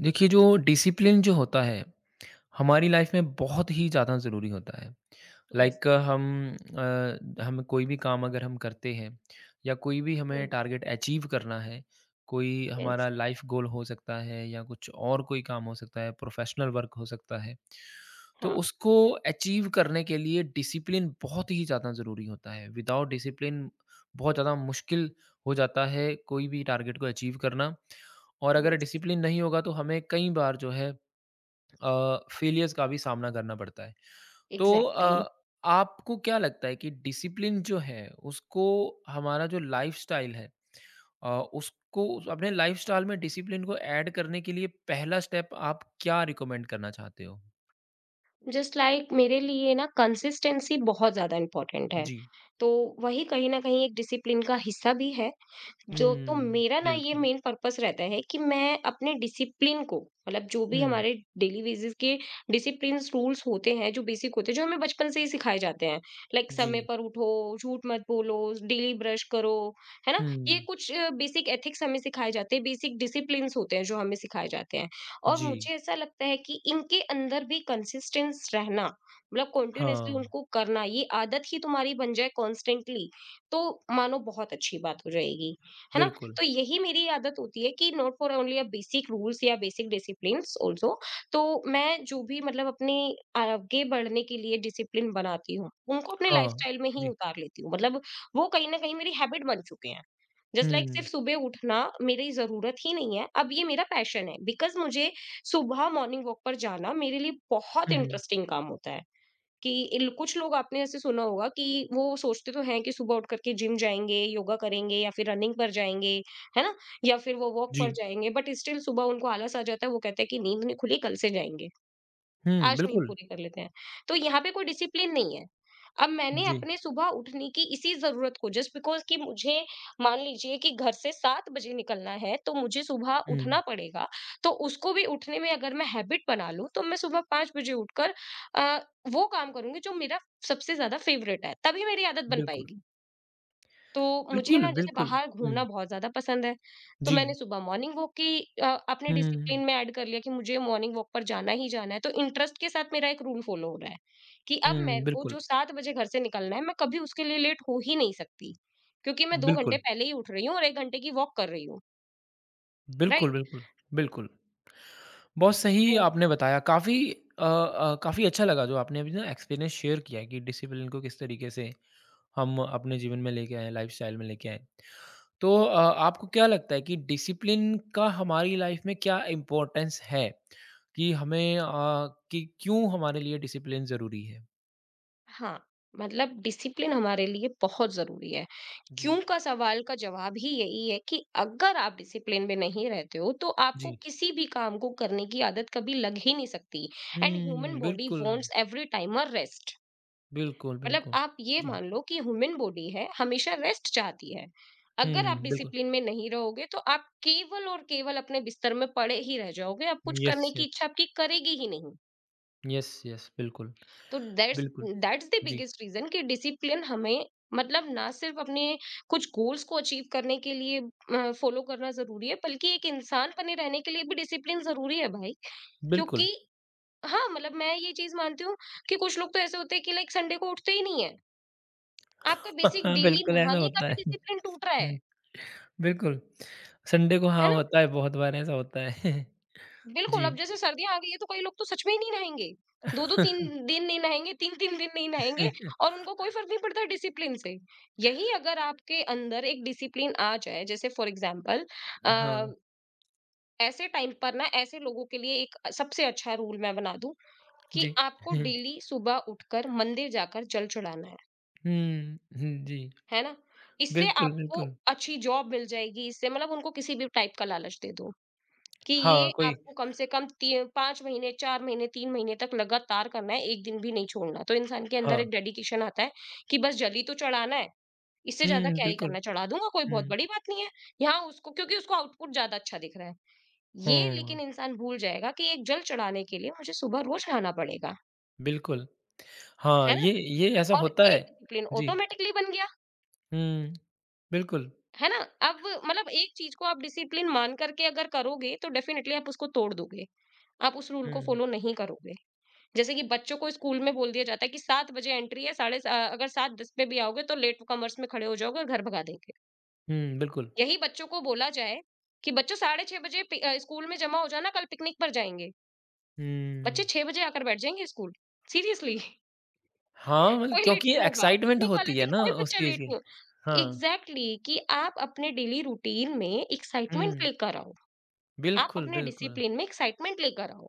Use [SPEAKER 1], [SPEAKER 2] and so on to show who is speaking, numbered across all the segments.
[SPEAKER 1] देखिए जो डिसिप्लिन जो होता है हमारी लाइफ में बहुत ही ज़्यादा ज़रूरी होता है।
[SPEAKER 2] येस।
[SPEAKER 1] लाइक हम हम कोई भी काम अगर हम करते हैं या कोई भी हमें
[SPEAKER 2] हुँ।
[SPEAKER 1] टारगेट अचीव करना है, कोई
[SPEAKER 2] येस।
[SPEAKER 1] हमारा लाइफ गोल हो सकता है या कुछ और कोई काम हो सकता है, प्रोफ़ेशनल वर्क हो सकता है। तो
[SPEAKER 2] हाँ।
[SPEAKER 1] उसको अचीव करने के लिए डिसिप्लिन बहुत ही ज़्यादा ज़रूरी होता है। विदाउट डिसिप्लिन बहुत ज़्यादा मुश्किल हो जाता है कोई भी टारगेट को अचीव करना और अगर
[SPEAKER 2] येस।
[SPEAKER 1] डिसिप्लिन नहीं होगा तो हमें कई बार जो है फेलियर्स का भी सामना करना पड़ता है। तो
[SPEAKER 2] एग्ज़ैक्टली।
[SPEAKER 1] आपको क्या लगता है कि डिसिप्लिन जो है उसको हमारा जो लाइफ़स्टाइल है अ, उसको अपने लाइफ़स्टाइल में डिसिप्लिन को ऐड करने के लिए पहला स्टेप आप क्या रिकमेंड करना चाहते हो?
[SPEAKER 2] जस्ट लाइक मेरे लिए ना कंसिस्टेंसी बहुत ज़्यादा इम्पोर्टेंट है।
[SPEAKER 1] जी।
[SPEAKER 2] तो वही कहीं न कहीं एक डिसिप्लिन का हिस्सा भी है जो तो
[SPEAKER 1] हुँ,
[SPEAKER 2] मेरा ना ये
[SPEAKER 1] बिल्कुल।
[SPEAKER 2] मेन पर्पस रहता है कि मैं अपने डिसिप्लिन को मतलब जो भी
[SPEAKER 1] हुँ,
[SPEAKER 2] हमारे डेली बेसिस के डिसिप्लिन रूल्स होते हैं जो बेसिक होते हैं जो हमें बचपन से ही सिखाए जाते हैं, लाइक
[SPEAKER 1] जी।
[SPEAKER 2] समय पर उठो, झूठ मत बोलो, डेली ब्रश करो, है ना? ये
[SPEAKER 1] हुँ,
[SPEAKER 2] कुछ बेसिक एथिक्स हमें सिखाए जाते हैं, बेसिक डिसिप्लिन होते हैं जो हमें सिखाए जाते हैं। और
[SPEAKER 1] जी।
[SPEAKER 2] मुझे ऐसा लगता है कि इनके अंदर भी कंसिस्टेंस रहना मतलब कंटिन्यूअसली
[SPEAKER 1] हाँ,
[SPEAKER 2] उनको करना, ये आदत ही तुम्हारी बन जाए कॉन्स्टेंटली, तो मानो बहुत अच्छी बात हो जाएगी, है ना?
[SPEAKER 1] बिल्कुल।
[SPEAKER 2] तो यही मेरी आदत होती है कि not for only a basic rules या बेसिक डिसिप्लिन्स आल्सो। तो मैं जो भी मतलब अपने आगे बढ़ने के लिए डिसिप्लिन बनाती हूँ, उनको अपने
[SPEAKER 1] हाँ,
[SPEAKER 2] लाइफ़स्टाइल में ही
[SPEAKER 1] जी।
[SPEAKER 2] उतार लेती हूँ। मतलब वो कहीं न कहीं मेरी हैबिट बन चुके हैं। जस्ट लाइक
[SPEAKER 1] हुँ,
[SPEAKER 2] सिर्फ़ सुबह उठना मेरी ज़रूरत ही नहीं है, अब ये मेरा पैशन है, बिकॉज़ मुझे सुबह मॉर्निंग वॉक पर जाना मेरे लिए बहुत
[SPEAKER 1] हुँ, हुँ।
[SPEAKER 2] इंटरेस्टिंग काम होता है। कि इल कुछ लोग आपने ऐसे सुना होगा कि वो सोचते तो हैं कि सुबह उठ करके जिम जाएँगे, योगा करेंगे या फिर रनिंग पर जाएँगे, है ना? या फिर वो वॉक
[SPEAKER 1] जी।
[SPEAKER 2] पर जाएँगे बट स्टिल सुबह उनको आलस आ जाता है, वो कहते हैं कि नींद नहीं खुली, कल से जाएँगे।
[SPEAKER 1] हुँ,
[SPEAKER 2] आज नींद
[SPEAKER 1] बिल्कुल।
[SPEAKER 2] पूरी कर लेते हैं। तो यहाँ पे कोई डिसिप्लिन नहीं है। अब मैंने
[SPEAKER 1] जी।
[SPEAKER 2] अपने सुबह उठने की इसी ज़रूरत को, जस्ट बिकॉज़ कि मुझे मान लीजिए कि घर से 7 बजे निकलना है, तो मुझे सुबह
[SPEAKER 1] हुँ,
[SPEAKER 2] उठना पड़ेगा। तो उसको भी उठने में अगर मैं हैबिट बना लूँ, तो मैं सुबह 5 बजे उठकर अ, वो काम करूँगी जो मेरा सबसे ज़्यादा फ़ेवरेट है, तभी मेरी आदत बन
[SPEAKER 1] बिल्कुल।
[SPEAKER 2] पाएगी। तो मुझे
[SPEAKER 1] बिल्कुल,
[SPEAKER 2] ना जैसे
[SPEAKER 1] बिल्कुल।
[SPEAKER 2] बाहर
[SPEAKER 1] हुँ,
[SPEAKER 2] घूमना बहुत ज़्यादा पसंद है, तो
[SPEAKER 1] जी।
[SPEAKER 2] मैंने सुबह मॉर्निंग वॉक की अपने
[SPEAKER 1] हुँ।
[SPEAKER 2] डिसिप्लिन में ऐड कर लिया कि मुझे मॉर्निंग वॉक पर जाना ही जाना है, तो इंटरेस्ट के साथ मेरा एक रूल फॉलो हो रहा है कि अब
[SPEAKER 1] हुँ,
[SPEAKER 2] मेरे को
[SPEAKER 1] बिल्कुल,
[SPEAKER 2] जो 7 बजे घर से निकलना है, मैं कभी उसके लिए लेट हो ही नहीं सकती, क्योंकि मैं 2 घंटे
[SPEAKER 1] बिल्कुल,
[SPEAKER 2] पहले ही उठ रही हूँ और 1 घंटे की वॉक कर रही हूँ,
[SPEAKER 1] बिल्कुल,
[SPEAKER 2] राइट?
[SPEAKER 1] बिल्कुल, बिल्कुल। बहुत सही
[SPEAKER 2] तो
[SPEAKER 1] आपने बताया, काफ़ी काफ़ी अच्छा लगा जो आपने अभी ना एक्सपीरियंस शेयर किया है कि डिसिप्लिन को किस तरीके से हम अपने जीवन में लेके आए हैं, लाइफ़स्टाइल में लेके आए हैं। तो आपको क्या लगता है कि डिसिप्लिन का हमारी लाइफ़ में क्या इम्पोर्टेंस है? कि हमें कि क्यों हमारे लिए डिसिप्लिन ज़रूरी है?
[SPEAKER 2] हाँ मतलब डिसिप्लिन हमारे लिए बहुत जरूरी है।
[SPEAKER 1] जी,
[SPEAKER 2] क्यों का सवाल का जवाब ही यही है कि अगर आप डिसिप्लिन में नहीं रहते हो तो आपको
[SPEAKER 1] जी।
[SPEAKER 2] किसी भी काम को करने की आदत कभी लग ही नहीं सकती। एंड ह्यूमन
[SPEAKER 1] हुँ,
[SPEAKER 2] बॉडी
[SPEAKER 1] बिल्कुल,
[SPEAKER 2] wants every time a rest.
[SPEAKER 1] बिल्कुल,
[SPEAKER 2] मतलब
[SPEAKER 1] बिल्कुल।
[SPEAKER 2] आप ये
[SPEAKER 1] जी।
[SPEAKER 2] मान लो कि ह्यूमन बॉडी है, हमेशा रेस्ट चाहती है। अगर आप
[SPEAKER 1] हुँ, बिल्कुल।
[SPEAKER 2] डिसिप्लिन में नहीं रहोगे तो आप केवल और केवल अपने बिस्तर में पड़े ही रह जाओगे, आप कुछ
[SPEAKER 1] यस,
[SPEAKER 2] करने की
[SPEAKER 1] यस।
[SPEAKER 2] इच्छा आपकी करेगी ही नहीं।
[SPEAKER 1] यस, यस, बिल्कुल,
[SPEAKER 2] तो दैट्स
[SPEAKER 1] बिल्कुल।
[SPEAKER 2] दैट्स द
[SPEAKER 1] जी,
[SPEAKER 2] बिगेस्ट रीजन कि डिसिप्लिन हमें मतलब ना सिर्फ अपने कुछ गोल्स को अचीव करने के लिए फॉलो करना जरूरी है, बल्कि एक इंसान बने रहने के लिए भी डिसिप्लिन जरूरी है भाई।
[SPEAKER 1] बिल्कुल।
[SPEAKER 2] क्योंकि हाँ मतलब मैं ये चीज मानती हूँ कि कुछ लोग तो ऐसे होते हैं कि लाइक संडे को उठते ही नहीं है। आपका बेसिक डेली
[SPEAKER 1] बिल्कुल ऐसा
[SPEAKER 2] नहाने का
[SPEAKER 1] होता
[SPEAKER 2] भी
[SPEAKER 1] है।
[SPEAKER 2] डिसिप्लिन टूट रहा
[SPEAKER 1] हुँ,
[SPEAKER 2] है
[SPEAKER 1] बिल्कुल। संडे को
[SPEAKER 2] है
[SPEAKER 1] हाँ,
[SPEAKER 2] ना?
[SPEAKER 1] होता है, बहुत बार ऐसा होता है।
[SPEAKER 2] बिल्कुल,
[SPEAKER 1] जी।
[SPEAKER 2] अब जैसे सर्दियाँ आ गई है तो कई लोग तो सच में ही नहीं नहाएँगे। 2-2 3 दिन नहीं नहाएँगे, 3-3 दिन नहीं नहाएँगे और उनको कोई फ़र्क नहीं पड़ता डिसिप्लिन से। यही अगर आपके अंदर एक डिसिप्लिन आ जाए, जैसे फ़ॉर एग्ज़ाम्पल, अ,
[SPEAKER 1] हाँ,
[SPEAKER 2] ऐसे टाइम पर ना ऐसे लोगों के लिए एक सबसे अच्छा रूल मैं बना दूँ कि
[SPEAKER 1] जी।
[SPEAKER 2] आपको
[SPEAKER 1] हुँ,
[SPEAKER 2] डेली सुबह उठकर मंदिर जाकर जल चढ़ाना
[SPEAKER 1] हुँ, हुँ, जी।
[SPEAKER 2] है ना? इससे
[SPEAKER 1] बिल्कुल,
[SPEAKER 2] आपको
[SPEAKER 1] बिल्कुल।
[SPEAKER 2] अच्छी जॉब मिल जाएगी, इससे मतलब उनको किसी भी टाइप का लालच दे दो। कि
[SPEAKER 1] हाँ,
[SPEAKER 2] ये
[SPEAKER 1] कोई
[SPEAKER 2] आपको कम से कम ती 5 महीने, 4 महीने, 3 महीने तक लगातार करना है, एक दिन भी नहीं छोड़ना। तो इंसान के
[SPEAKER 1] हाँ।
[SPEAKER 2] अंदर एक डेडिकेशन आता है कि बस जल्दी तो चढ़ाना है, इससे ज़्यादा
[SPEAKER 1] हुँ,
[SPEAKER 2] क्या ही
[SPEAKER 1] बिल्कुल।
[SPEAKER 2] करना है, चढ़ा दूँगा, कोई बहुत
[SPEAKER 1] हुँ,
[SPEAKER 2] बड़ी बात नहीं है। यहाँ उसको क्योंकि उसको आउटपुट ज़्यादा अच्छा दिख रहा है। ये
[SPEAKER 1] हाँ,
[SPEAKER 2] लेकिन इंसान भूल जाएगा कि एक जल चढ़ाने के लिए मुझे सुबह रोज़ नहाना पड़ेगा,
[SPEAKER 1] बिल्कुल। हाँ,
[SPEAKER 2] है ना?
[SPEAKER 1] ये ऐसा
[SPEAKER 2] और
[SPEAKER 1] होता
[SPEAKER 2] एक
[SPEAKER 1] है।
[SPEAKER 2] डिसिप्लिन
[SPEAKER 1] जी।
[SPEAKER 2] ऑटोमैटिकली बन गया,
[SPEAKER 1] हुँ, बिल्कुल।
[SPEAKER 2] है ना? अब मतलब एक चीज़ को आप डिसिप्लिन मान कर के अगर करोगे, तो डेफ़िनिटली आप उसको तोड़ दोगे। आप उस रूल को
[SPEAKER 1] हुँ,
[SPEAKER 2] फ़ॉलो नहीं करोगे। जैसे कि बच्चों को स्कूल में बोल दिया जाता है कि 7 बजे एंट्री है, साढ़े सा अगर 7:10 पे भी आओगे तो लेट कमर्स में खड़े हो जाओगे और घर भगा देंगे।
[SPEAKER 1] हुँ, बिल्कुल।
[SPEAKER 2] यही बच्चों को बोला जाए कि बच्चों साढ़े 6 बजे स्कूल में जमा हो जाना, कल पिकनिक पर जाएँगे। बच्चे
[SPEAKER 1] हुँ।
[SPEAKER 2] 6 बजे आकर बैठ जाएँगे स्कूल। सीरियसली।
[SPEAKER 1] हाँ, मतलब
[SPEAKER 2] कोई लेट
[SPEAKER 1] क्योंकि
[SPEAKER 2] नहीं होगा।
[SPEAKER 1] एक्साइटमेंट
[SPEAKER 2] पिकनिक वाले
[SPEAKER 1] होती है
[SPEAKER 2] दिन
[SPEAKER 1] ना
[SPEAKER 2] कोई
[SPEAKER 1] उस
[SPEAKER 2] बच्चा
[SPEAKER 1] चीज़
[SPEAKER 2] लेट
[SPEAKER 1] की।
[SPEAKER 2] नहीं हो।
[SPEAKER 1] हाँ,
[SPEAKER 2] एग्ज़ैक्टली, कि आप अपने डेली रूटीन में एक्साइटमेंट
[SPEAKER 1] हुँ,
[SPEAKER 2] लेकर आओ। आप
[SPEAKER 1] बिल्कुल,
[SPEAKER 2] अपने
[SPEAKER 1] बिल्कुल।
[SPEAKER 2] डिसिप्लिन में एक्साइटमेंट लेकर आओ।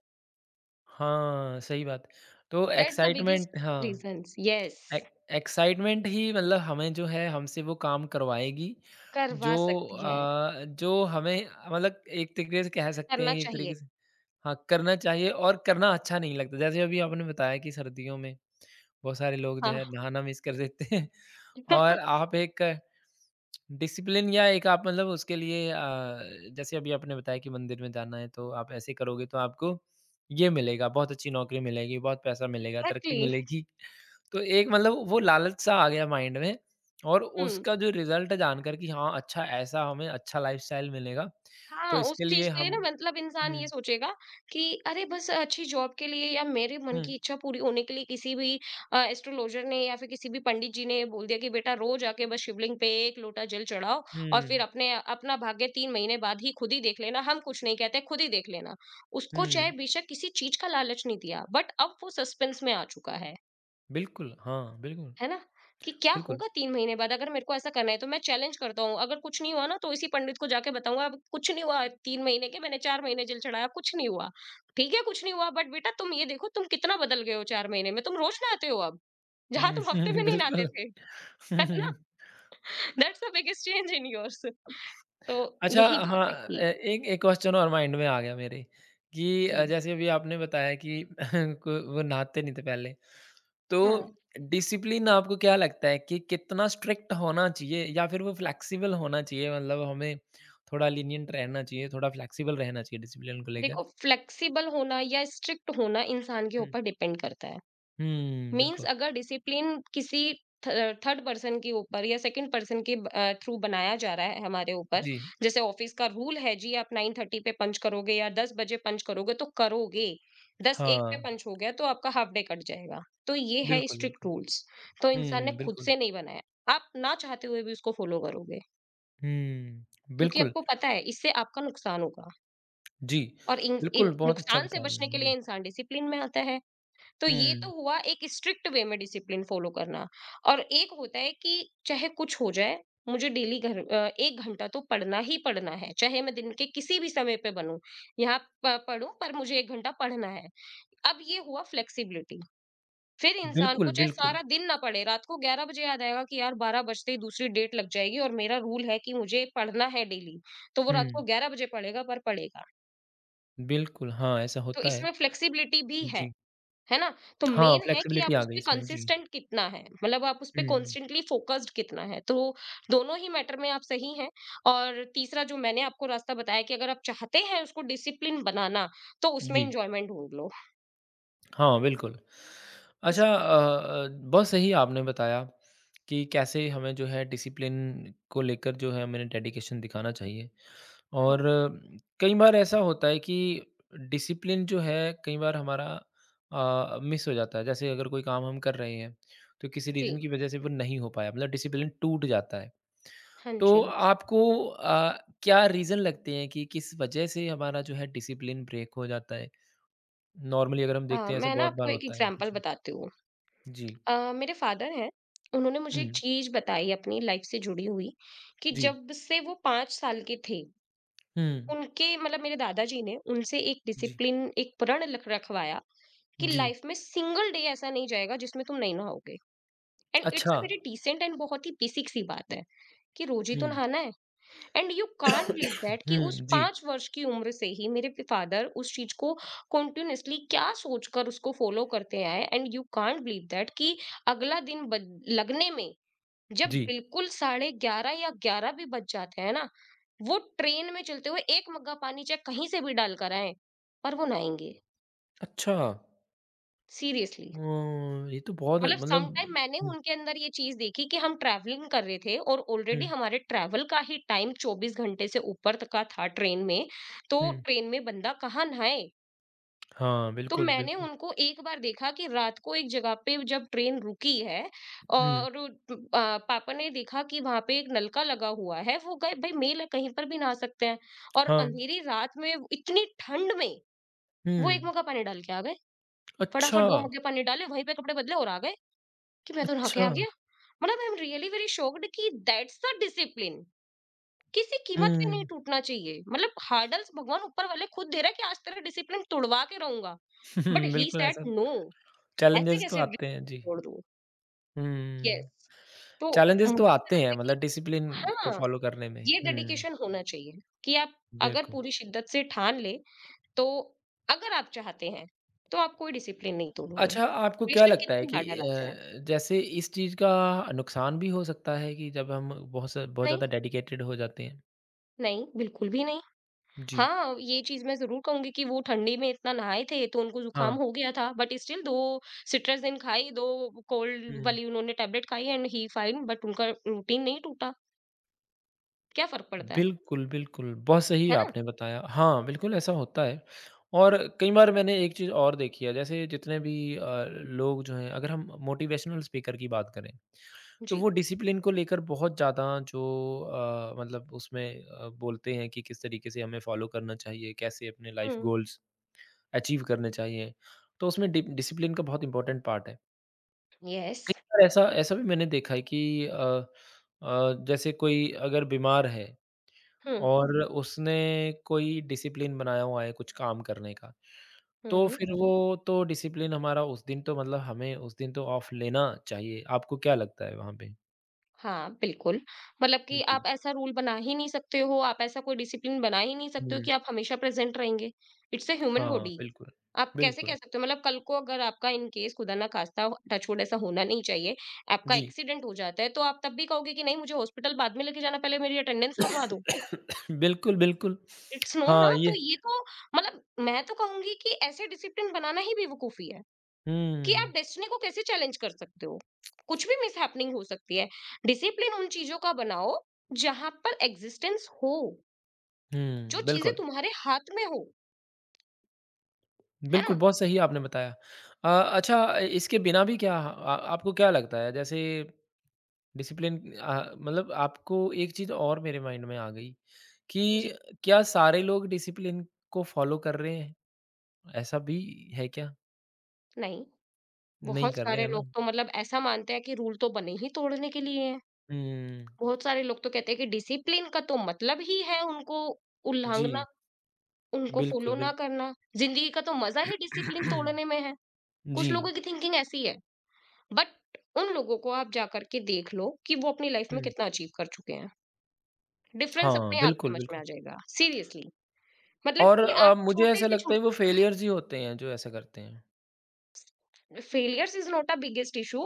[SPEAKER 1] हाँ, सही बात। तो
[SPEAKER 2] दैट्स द
[SPEAKER 1] एक्साइटमेंट
[SPEAKER 2] बिगेस्ट
[SPEAKER 1] हाँ,
[SPEAKER 2] रीज़न्स। यस।
[SPEAKER 1] एक एक्साइटमेंट ही मतलब हमें जो है हमसे वो काम करवाएगी जो
[SPEAKER 2] करवा सकती है।
[SPEAKER 1] जो हमें मतलब एक तरीके से कह सकते हैं
[SPEAKER 2] करना
[SPEAKER 1] कि एक
[SPEAKER 2] चाहिए।
[SPEAKER 1] तरीके से हाँ, करना चाहिए और करना अच्छा नहीं लगता। जैसे अभी आपने बताया कि सर्दियों में बहुत सारे लोग जो
[SPEAKER 2] हाँ।
[SPEAKER 1] है नहाना मिस कर देते हैं और आप एक डिसिप्लिन या एक आप मतलब उसके लिए जैसे अभी आपने बताया कि मंदिर में जाना है तो आप ऐसे करोगे तो आपको ये मिलेगा, बहुत अच्छी नौकरी मिलेगी, बहुत पैसा मिलेगा, तरक्की
[SPEAKER 2] एग्ज़ैक्टली।
[SPEAKER 1] मिलेगी। तो एक मतलब वो लालच सा आ गया माइंड में और
[SPEAKER 2] हुँ।
[SPEAKER 1] उसका जो रिज़ल्ट जानकर कि हाँ, अच्छा ऐसा हमें अच्छा लाइफ़स्टाइल मिलेगा, तो
[SPEAKER 2] हाँ, उस
[SPEAKER 1] इसके
[SPEAKER 2] चीज़
[SPEAKER 1] लिए
[SPEAKER 2] के लिए
[SPEAKER 1] हम
[SPEAKER 2] ना मतलब इंसान
[SPEAKER 1] हुँ,
[SPEAKER 2] ये सोचेगा कि अरे बस अच्छी जॉब के लिए या मेरे मन
[SPEAKER 1] हुँ,
[SPEAKER 2] की इच्छा पूरी होने के लिए किसी भी एस्ट्रोलॉज़र ने या फिर किसी भी पंडित जी ने बोल दिया कि बेटा रोज़ आके बस शिवलिंग पे 1 लोटा जल चढ़ाओ और फिर
[SPEAKER 1] हुँ,
[SPEAKER 2] अपने अपना भाग्य 3 महीने बाद ही खुद ही देख लेना, हम कुछ नहीं कहते, खुद ही देख लेना। उसको चाहे
[SPEAKER 1] हुँ,
[SPEAKER 2] बेशक किसी चीज़ का लालच नहीं दिया, बट अब वो सस्पेंस में आ चुका है।
[SPEAKER 1] बिल्कुल, हाँ, बिल्कुल,
[SPEAKER 2] है ना? कि क्या
[SPEAKER 1] बिल्कुल।
[SPEAKER 2] होगा 3 महीने बाद, अगर मेरे को ऐसा करना है तो मैं चैलेंज करता हूँ। अगर कुछ नहीं हुआ ना तो इसी पंडित को जाके बताऊँगा अब कुछ नहीं हुआ, 3 महीने के मैंने 4 महीने जेल चढ़ाया, कुछ नहीं हुआ। ठीक है, कुछ नहीं हुआ, बट बेटा तुम ये देखो तुम कितना बदल गए हो 4 महीने में, तुम रोज़ नहाते हो अब, जहाँ तुम हफ्ते में
[SPEAKER 1] हुँ,
[SPEAKER 2] नहीं नहाते
[SPEAKER 1] बिल्कुल।
[SPEAKER 2] थे। है ना? That's the biggest change in yours. तो
[SPEAKER 1] अच्छा
[SPEAKER 2] यही
[SPEAKER 1] हाँ
[SPEAKER 2] बात है कि
[SPEAKER 1] ए एक एक क्वेश्चन और माइंड में आ गया मेरे कि
[SPEAKER 2] जी।
[SPEAKER 1] जैसे अभी आपने बताया कि को वो नहाते नहीं थे पहले। तो
[SPEAKER 2] हाँ,
[SPEAKER 1] डिसिप्लिन आपको क्या लगता है कि कितना स्ट्रिक्ट होना चाहिए या फिर वो फ्लेक्सिबल होना चाहिए? मतलब हमें थोड़ा लीनिएंट रहना चाहिए, थोड़ा फ्लेक्सिबल रहना चाहिए डिसिप्लिन को लेकर?
[SPEAKER 2] देखो फ्लेक्सिबल होना या स्ट्रिक्ट होना इंसान के
[SPEAKER 1] हुँ।
[SPEAKER 2] ऊपर डिपेंड करता है।
[SPEAKER 1] हुँ,
[SPEAKER 2] मीन्स
[SPEAKER 1] बिल्कुल।
[SPEAKER 2] अगर डिसिप्लिन किसी थ थर्ड पर्सन के ऊपर या सेकंड पर्सन के थ्रू बनाया जा रहा है हमारे ऊपर,
[SPEAKER 1] जी,
[SPEAKER 2] जैसे ऑफिस का रूल है जी आप 9:30 पे पंच करोगे या 10 बजे पंच करोगे तो करोगे, 10:01
[SPEAKER 1] हाँ।
[SPEAKER 2] पे पंच हो गया तो आपका हाफ डे कट जाएगा। तो ये है
[SPEAKER 1] बिल्कुल,
[SPEAKER 2] स्ट्रिक्ट
[SPEAKER 1] बिल्कुल।
[SPEAKER 2] रूल्स, तो इंसान ने
[SPEAKER 1] हुँ,
[SPEAKER 2] खुद
[SPEAKER 1] बिल्कुल।
[SPEAKER 2] से नहीं बनाया। आप ना चाहते हुए भी उसको फॉलो करोगे,
[SPEAKER 1] हुँ,
[SPEAKER 2] क्योंकि
[SPEAKER 1] बिल्कुल।
[SPEAKER 2] आपको पता है इससे आपका नुकसान होगा
[SPEAKER 1] जी,
[SPEAKER 2] और इन इन
[SPEAKER 1] बिल्कुल, बहुत अच्छा
[SPEAKER 2] नुकसान से
[SPEAKER 1] बताया आपने।
[SPEAKER 2] बचने के लिए
[SPEAKER 1] जी।
[SPEAKER 2] इंसान डिसिप्लिन में आता है। तो ये
[SPEAKER 1] हुँ,
[SPEAKER 2] तो हुआ एक स्ट्रिक्ट वे में डिसिप्लिन फॉलो करना। और एक होता है कि चाहे कुछ हो जाए मुझे डेली घर एक घंटा तो पढ़ना ही पढ़ना है, चाहे मैं दिन के किसी भी समय पे बनूं यहाँ पढूं, पर मुझे एक घंटा पढ़ना है। अब ये हुआ फ्लेक्सिबिलिटी। फिर इंसान
[SPEAKER 1] बिल्कुल,
[SPEAKER 2] को चाहे
[SPEAKER 1] बिल्कुल।
[SPEAKER 2] सारा दिन ना पड़े, रात को ग्यारह बजे याद आएगा कि यार बारह बजते ही दूसरी डेट लग जाएगी और मेरा रूल है कि मुझे पढ़ना है डेली, तो वो रात
[SPEAKER 1] हुँ,
[SPEAKER 2] को ग्यारह बजे पढ़ेगा पर पढ़ेगा।
[SPEAKER 1] बिल्कुल, हाँ, ऐसा
[SPEAKER 2] तो
[SPEAKER 1] होता है।
[SPEAKER 2] इसमें फ्लेक्सिबिलिटी भी है
[SPEAKER 1] जी।
[SPEAKER 2] है ना? तो
[SPEAKER 1] हाँ,
[SPEAKER 2] मेन है कि आप
[SPEAKER 1] फ्लेक्सिबिलिटी आ गई
[SPEAKER 2] उसपे
[SPEAKER 1] इसमें। जी।
[SPEAKER 2] कंसिस्टेंट कितना है, मतलब आप उसपे
[SPEAKER 1] हुँ, हुँ।
[SPEAKER 2] कॉन्स्टेंटली फ़ोकस्ड कितना है। तो दोनों ही मैटर में आप सही हैं। और तीसरा जो मैंने आपको रास्ता बताया कि अगर आप चाहते हैं उसको डिसिप्लिन बनाना, तो उसमें
[SPEAKER 1] जी।
[SPEAKER 2] एन्जॉयमेंट ढूँढ लो।
[SPEAKER 1] हाँ, बिल्कुल।
[SPEAKER 2] उस
[SPEAKER 1] अच्छा अ बहुत सही आपने बताया कि कैसे हमें जो है डिसिप्लिन को लेकर जो है हमें डेडिकेशन दिखाना चाहिए।
[SPEAKER 2] हाँ,
[SPEAKER 1] और कई बार ऐसा होता है कि डिसिप्लिन जो है कई बार हमारा मिस हो जाता है। जैसे अगर कोई काम हम कर रहे हैं, तो किसी
[SPEAKER 2] जी।
[SPEAKER 1] रीज़न की वज़ह से वो नहीं हो पाया मतलब डिसिप्लिन टूट जाता है।
[SPEAKER 2] हाँ
[SPEAKER 1] तो
[SPEAKER 2] जी।
[SPEAKER 1] आपको अ, क्या रीज़न लगते हैं कि किस वज़ह से हमारा जो है डिसिप्लिन ब्रेक हो जाता है? नॉर्मली अगर हम देखते हैं ऐसा
[SPEAKER 2] मैं ना
[SPEAKER 1] बहुत बार
[SPEAKER 2] आपको एक
[SPEAKER 1] होता है।
[SPEAKER 2] एग्ज़ाम्पल
[SPEAKER 1] जी,
[SPEAKER 2] बताती हूँ।
[SPEAKER 1] जी।
[SPEAKER 2] मेरे फ़ादर हैं, उन्होंने
[SPEAKER 1] हुँ,
[SPEAKER 2] मुझे एक चीज़ बताई अपनी लाइफ़ से जुड़ी हुई कि
[SPEAKER 1] जी।
[SPEAKER 2] जब से वो 5 साल के थे,
[SPEAKER 1] हुँ,
[SPEAKER 2] उनके मतलब मेरे दादा जी ने उनसे एक
[SPEAKER 1] जी,
[SPEAKER 2] डिसिप्लिन एक प्रण लख रखवाया कि
[SPEAKER 1] जी।
[SPEAKER 2] लाइफ में सिंगल डे ऐसा नहीं जाएगा जिसमें तुम नहीं नहाओगे। एंड इट्स
[SPEAKER 1] अच्छा।
[SPEAKER 2] अ वेरी डिसेंट एंड बहुत ही बेसिक सी बात है कि रोज ही तो
[SPEAKER 1] हुँ।
[SPEAKER 2] नहाना है। And you can't believe that कि उस
[SPEAKER 1] हुँ, जी,
[SPEAKER 2] 5 वर्ष की उम्र से ही मेरे फादर उस चीज को कॉन्टिन्यूसली क्या सोचकर उसको फॉलो करते आए। And you can't believe that कि अगला दिन लगने में जब
[SPEAKER 1] जी।
[SPEAKER 2] बिल्कुल 11:30 या 11 भी बज जाते हैं ना, वो ट्रेन में चलते हुए एक मग्गा पानी चाहे कहीं से भी डालकर आए पर वो नहाएंगे।
[SPEAKER 1] अच्छा।
[SPEAKER 2] सीरियसली।
[SPEAKER 1] ओह! ये तो बहुत
[SPEAKER 2] मतलब सम
[SPEAKER 1] मतलब
[SPEAKER 2] टाइम मैंने
[SPEAKER 1] हुँ,
[SPEAKER 2] उनके अंदर ये चीज देखी कि हम ट्रैवलिंग कर रहे थे और
[SPEAKER 1] हुँ,
[SPEAKER 2] ऑलरेडी हमारे ट्रैवल का ही टाइम 24 घंटे से ऊपर तक का था ट्रेन में। तो
[SPEAKER 1] हुँ।
[SPEAKER 2] ट्रेन में बंदा कहाँ नहाए।
[SPEAKER 1] हाँ,
[SPEAKER 2] तो
[SPEAKER 1] बिल्कुल,
[SPEAKER 2] मैंने
[SPEAKER 1] बिल्कुल।
[SPEAKER 2] उनको एक बार देखा कि रात को एक जगह पे जब ट्रेन रुकी है
[SPEAKER 1] हुँ,
[SPEAKER 2] और वो पापा ने देखा कि वहां पे एक नलका लगा हुआ है, वो गए भाई मेल है कहीं पर भी नहा सकते हैं। और
[SPEAKER 1] हाँ।
[SPEAKER 2] अंधेरी रात में वो इतनी ठंड में वो एक
[SPEAKER 1] हुँ,
[SPEAKER 2] मग्गा पानी डाल के आ गए।
[SPEAKER 1] अच्छा,
[SPEAKER 2] फटाफट दो मग्गे पानी डाले, वहीं पे कपड़े बदले और आ गए कि मैं तो नहा के
[SPEAKER 1] अच्छा।
[SPEAKER 2] आ गया। मतलब I am really very shocked कि दैट्स द डिसिप्लिन किसी कीमत पे नहीं
[SPEAKER 1] हुँ,
[SPEAKER 2] टूटना चाहिए, मतलब हार्डल्स भगवान ऊपर वाले खुद दे रहा है कि आज तेरा डिसिप्लिन तोड़वा के रहूंगा। बट ही
[SPEAKER 1] बिल्कुल
[SPEAKER 2] सेड
[SPEAKER 1] ऐसा
[SPEAKER 2] नो, ऐसे
[SPEAKER 1] चैलेंजेस तो
[SPEAKER 2] कैसे
[SPEAKER 1] आते हैं,
[SPEAKER 2] discipline
[SPEAKER 1] जी।
[SPEAKER 2] तोड़ दूं।
[SPEAKER 1] हुँ।
[SPEAKER 2] यस। तो
[SPEAKER 1] चैलेंजेस
[SPEAKER 2] मुझे
[SPEAKER 1] तो
[SPEAKER 2] ऐसा
[SPEAKER 1] आते हैं
[SPEAKER 2] लगता है कि
[SPEAKER 1] मतलब डिसिप्लिन को
[SPEAKER 2] हाँ,
[SPEAKER 1] फ़ॉलो करने में।
[SPEAKER 2] ये
[SPEAKER 1] हुँ,
[SPEAKER 2] डेडिकेशन होना चाहिए कि आप अगर
[SPEAKER 1] बिल्कुल।
[SPEAKER 2] पूरी शिद्दत से ठान ले, तो अगर आप चाहते हैं तो आप कोई डिसिप्लिन नहीं तोड़ोगे,
[SPEAKER 1] अच्छा, आपको क्या
[SPEAKER 2] बेशक
[SPEAKER 1] लगता है
[SPEAKER 2] कितनी
[SPEAKER 1] कि
[SPEAKER 2] हार्डल आ जाए।
[SPEAKER 1] जैसे इस चीज़ का नुकसान भी हो सकता है कि जब हम बहुत
[SPEAKER 2] नहीं,
[SPEAKER 1] ज़्यादा डेडिकेटेड हो जाते हैं?
[SPEAKER 2] नहीं, बिल्कुल भी नहीं।
[SPEAKER 1] जी।
[SPEAKER 2] हाँ, ये चीज़ मैं ज़रूर कहूँगी कि वो ठंडी में इतना नहाए थे, तो उनको ज़ुकाम
[SPEAKER 1] हाँ।
[SPEAKER 2] हो गया था, बट स्टिल 2 सिट्राज़िन खाई, 2 कोल्ड
[SPEAKER 1] हुँ।
[SPEAKER 2] वाली उन्होंने टैबलेट खाई एंड ही फाइन, बट उनका रूटीन नहीं टूटा, क्या फ़र्क पड़ता
[SPEAKER 1] बिल्कुल, बिल्कुल, बहुत सही
[SPEAKER 2] है ना?
[SPEAKER 1] आपने बताया। हाँ, बिल्कुल ऐसा होता है और कई बार मैंने एक चीज़ और देखी है, जैसे जितने भी लोग जो हैं अगर हम मोटिवेशनल स्पीकर की बात करें, तो
[SPEAKER 2] जी।
[SPEAKER 1] वो डिसिप्लिन को लेकर बहुत ज़्यादा जो बोलते हैं कि किस तरीके से हमें फ़ॉलो करना चाहिए, कैसे अपने लाइफ़
[SPEAKER 2] हुँ,
[SPEAKER 1] गोल्स अचीव करने चाहिए। तो उसमें डि डिसिप्लिन का बहुत इम्पोर्टेंट पार्ट है।
[SPEAKER 2] येस।
[SPEAKER 1] कई बार ऐसा ऐसा भी मैंने देखा है कि अ जैसे कोई अगर बीमार है
[SPEAKER 2] हुँ,
[SPEAKER 1] और उसने कोई डिसिप्लिन बनाया हुआ है कुछ काम करने का, तो
[SPEAKER 2] हुँ।
[SPEAKER 1] फिर वो तो डिसिप्लिन हमारा उस दिन तो मतलब हमें उस दिन तो ऑफ लेना चाहिए। आपको क्या लगता है वहाँ पे?
[SPEAKER 2] हाँ, बिल्कुल, मतलब कि
[SPEAKER 1] जी।
[SPEAKER 2] आप ऐसा रूल बना ही नहीं सकते हो, आप ऐसा कोई डिसिप्लिन बना ही नहीं सकते हो
[SPEAKER 1] हुँ,
[SPEAKER 2] कि आप हमेशा प्रेज़ेंट रहेंगे, इट्स अ ह्यूमन
[SPEAKER 1] हाँ,
[SPEAKER 2] बॉडी।
[SPEAKER 1] बिल्कुल।
[SPEAKER 2] आप कैसे कह
[SPEAKER 1] बिल्कुल,
[SPEAKER 2] सकते हो, मतलब कल को अगर आपका, इन केस खुदा ना खास्ता, टचवुड ऐसा होना नहीं चाहिए, आपका
[SPEAKER 1] जी।
[SPEAKER 2] एक्सीडेंट हो जाता है, तो आप तब भी कहोगे कि नहीं, मुझे हॉस्पिटल बाद में लेके जाना, पहले मेरी अटेंडेंस लगवा दो।
[SPEAKER 1] बिल्कुल, बिल्कुल।
[SPEAKER 2] इट्स नो ना।
[SPEAKER 1] हाँ,
[SPEAKER 2] तो
[SPEAKER 1] ये
[SPEAKER 2] ये तो, मतलब मैं तो कहूँगी कि ऐसे डिसिप्लिन बनाना ही बेवकूफ़ी है, कि
[SPEAKER 1] हुँ,
[SPEAKER 2] आप डेस्टिनी को कैसे चैलेंज कर सकते हो? कुछ भी मिसहैपनिंग हो सकती है। डिसिप्लिन उन चीज़ों का बनाओ जहाँ पर एक्जिस्टेंस हो,
[SPEAKER 1] हुँ,
[SPEAKER 2] जो चीज़ें
[SPEAKER 1] बिल्कुल।
[SPEAKER 2] तुम्हारे हाथ में हो, है
[SPEAKER 1] बिल्कुल,
[SPEAKER 2] ना?
[SPEAKER 1] बहुत सही आपने बताया। अ, अच्छा इसके बिना भी क्या आ आपको क्या लगता है जैसे डिसिप्लिन मतलब आपको एक चीज़ और मेरे माइंड में आ गई
[SPEAKER 2] जी,
[SPEAKER 1] कि क्या सारे लोग डिसिप्लिन को फ़ॉलो कर रहे हैं? ऐसा भी है क्या?
[SPEAKER 2] नहीं।
[SPEAKER 1] नहीं
[SPEAKER 2] बहुत
[SPEAKER 1] कर रहे हैं
[SPEAKER 2] सारे
[SPEAKER 1] ना?
[SPEAKER 2] लोग तो मतलब ऐसा मानते हैं कि रूल तो बने ही तोड़ने के लिए हैं।
[SPEAKER 1] हुँ,
[SPEAKER 2] बहुत सारे लोग तो कहते हैं कि डिसिप्लिन का तो मतलब ही है उनको उल्लंघना,
[SPEAKER 1] जी,
[SPEAKER 2] उनको फॉलो
[SPEAKER 1] बिल्कुल,
[SPEAKER 2] ना
[SPEAKER 1] बिल
[SPEAKER 2] करना। जिंदगी का तो मजा ही डिसिप्लिन तोड़ने में है।
[SPEAKER 1] जी,
[SPEAKER 2] कुछ लोगों की थिंकिंग ऐसी है। बट उन लोगों को आप जाकर के देख लो कि वो अपनी लाइफ में
[SPEAKER 1] हुँ,
[SPEAKER 2] कितना अचीव कर चुके हैं। डिफरेंस
[SPEAKER 1] हाँ,
[SPEAKER 2] अपने आप
[SPEAKER 1] बिल्कुल,
[SPEAKER 2] समझ में
[SPEAKER 1] बिल्कुल।
[SPEAKER 2] आ जाएगा, सीरियसली। मतलब
[SPEAKER 1] और
[SPEAKER 2] कि आप
[SPEAKER 1] मुझे
[SPEAKER 2] छोटे
[SPEAKER 1] ऐसा
[SPEAKER 2] से
[SPEAKER 1] लगता
[SPEAKER 2] छो
[SPEAKER 1] है वो फेलियर्स ही होते हैं जो ऐसा करते हैं।
[SPEAKER 2] Failures is not a biggest issue.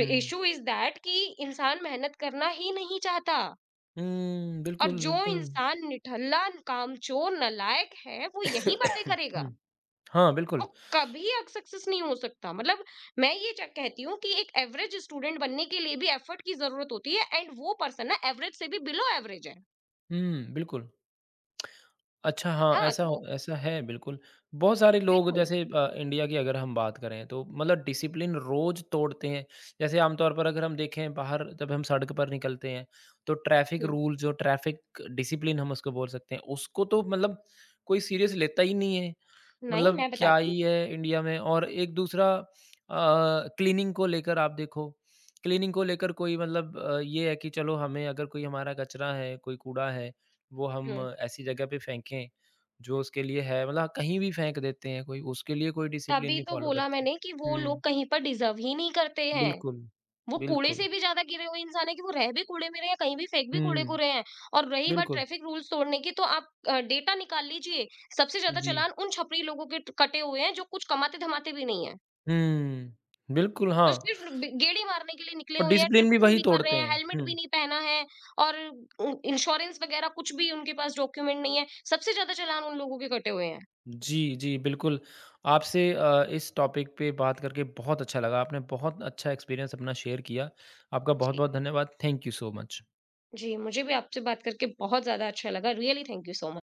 [SPEAKER 2] र इश्यू इज़ दैट कि इंसान मेहनत करना ही नहीं चाहता।
[SPEAKER 1] हुँ,
[SPEAKER 2] और
[SPEAKER 1] बिल्कुल,
[SPEAKER 2] जो
[SPEAKER 1] बिल्कुल।
[SPEAKER 2] इंसान निठल्ला, कामचोर, नालायक है, वो यही बातें करेगा।
[SPEAKER 1] हुँ। हाँ,
[SPEAKER 2] वो
[SPEAKER 1] बिल्कुल।
[SPEAKER 2] कभी सक्सेस नहीं हो सकता। मतलब मैं ये च कहती हूँ कि एक एवरेज स्टूडेंट बनने के लिए भी एफर्ट की ज़रूरत होती है एंड वो पर्सन ना एवरेज से भी बिलो एवरेज है।
[SPEAKER 1] हुँ, बिल्कुल।
[SPEAKER 2] हाँ, तो
[SPEAKER 1] ऐसा है बिल्कुल। बहुत सारे लोग
[SPEAKER 2] बिल्कुल।
[SPEAKER 1] जैसे इंडिया की अगर हम बात करें तो मतलब डिसिप्लिन रोज़ तोड़ते हैं। जैसे आमतौर पर अगर हम देखें बाहर जब हम सड़क पर निकलते हैं तो ट्रैफ़िक
[SPEAKER 2] हुँ,
[SPEAKER 1] रूल जो ट्रैफ़िक डिसिप्लिन हम उसको बोल सकते हैं, उसको तो मतलब कोई सीरियस लेता ही नहीं है।
[SPEAKER 2] नहीं
[SPEAKER 1] मतलब
[SPEAKER 2] मैं
[SPEAKER 1] क्या
[SPEAKER 2] बताती हूँ।
[SPEAKER 1] ही है इंडिया में और एक दूसरा क्लीनिंग को लेकर आप देखो, क्लीनिंग को लेकर कोई मतलब ये है कि चलो हमें अगर कोई हमारा कचरा है, कोई कूड़ा है, वो हम
[SPEAKER 2] हुँ,
[SPEAKER 1] ऐसी जगह पे फेंकें, जो उसके लिए है मतलब कहीं भी फेंक देते हैं कोई, उसके लिए कोई डिसिप्लिन
[SPEAKER 2] तभी
[SPEAKER 1] नहीं
[SPEAKER 2] तो
[SPEAKER 1] फ़ॉलो
[SPEAKER 2] बोला
[SPEAKER 1] करते।
[SPEAKER 2] मैंने कि वो लोग
[SPEAKER 1] हुँ,
[SPEAKER 2] कहीं पर डिज़र्व ही नहीं करते हैं।
[SPEAKER 1] बिल्कुल,
[SPEAKER 2] वो कूड़े
[SPEAKER 1] बिल्कुल।
[SPEAKER 2] से भी ज़्यादा गिरे हुए इंसान है कि वो रह भी कूड़े में रहे हैं, कहीं भी फेंक भी कूड़े को
[SPEAKER 1] हुँ,
[SPEAKER 2] रहे हैं। और रही बात
[SPEAKER 1] बिल्कुल।
[SPEAKER 2] ट्रैफिक रूल्स तोड़ने की, तो आप डेटा निकाल लीजिए। सबसे ज़्यादा
[SPEAKER 1] जी।
[SPEAKER 2] चालान उन छपरी लोगों के ट कटे हुए हैं, जो कुछ कमाते-धमाते भी नहीं हैं।
[SPEAKER 1] हुँ, बिल्कुल
[SPEAKER 2] जो
[SPEAKER 1] हाँ,
[SPEAKER 2] सिर्फ़ बे गेड़ी मारने के लिए निकले
[SPEAKER 1] और
[SPEAKER 2] हुए हैं,
[SPEAKER 1] डिसिप्लिन भी
[SPEAKER 2] ट्रिपिंग
[SPEAKER 1] वही
[SPEAKER 2] भी कर रहे
[SPEAKER 1] तोड़ते
[SPEAKER 2] हैं,
[SPEAKER 1] हैं।
[SPEAKER 2] हेलमेट
[SPEAKER 1] हुँ।
[SPEAKER 2] भी नहीं पहना है और उ इंश्योरेंस वगैरह कुछ भी उनके पास डॉक्यूमेंट नहीं है। सबसे ज़्यादा चालान उन लोगों के कटे हुए हैं।
[SPEAKER 1] जी, जी, बिल्कुल। आपसे इस टॉपिक पे बात करके बहुत अच्छा लगा। आपने बहुत अच्छा एक्सपीरियंस अपना शेयर किया। आपका
[SPEAKER 2] जी।
[SPEAKER 1] बहुत-बहुत धन्यवाद। Thank you so much.
[SPEAKER 2] जी, मुझे भी आपसे बात करके बहुत ज़्यादा अच्छा लगा। Really thank you so much.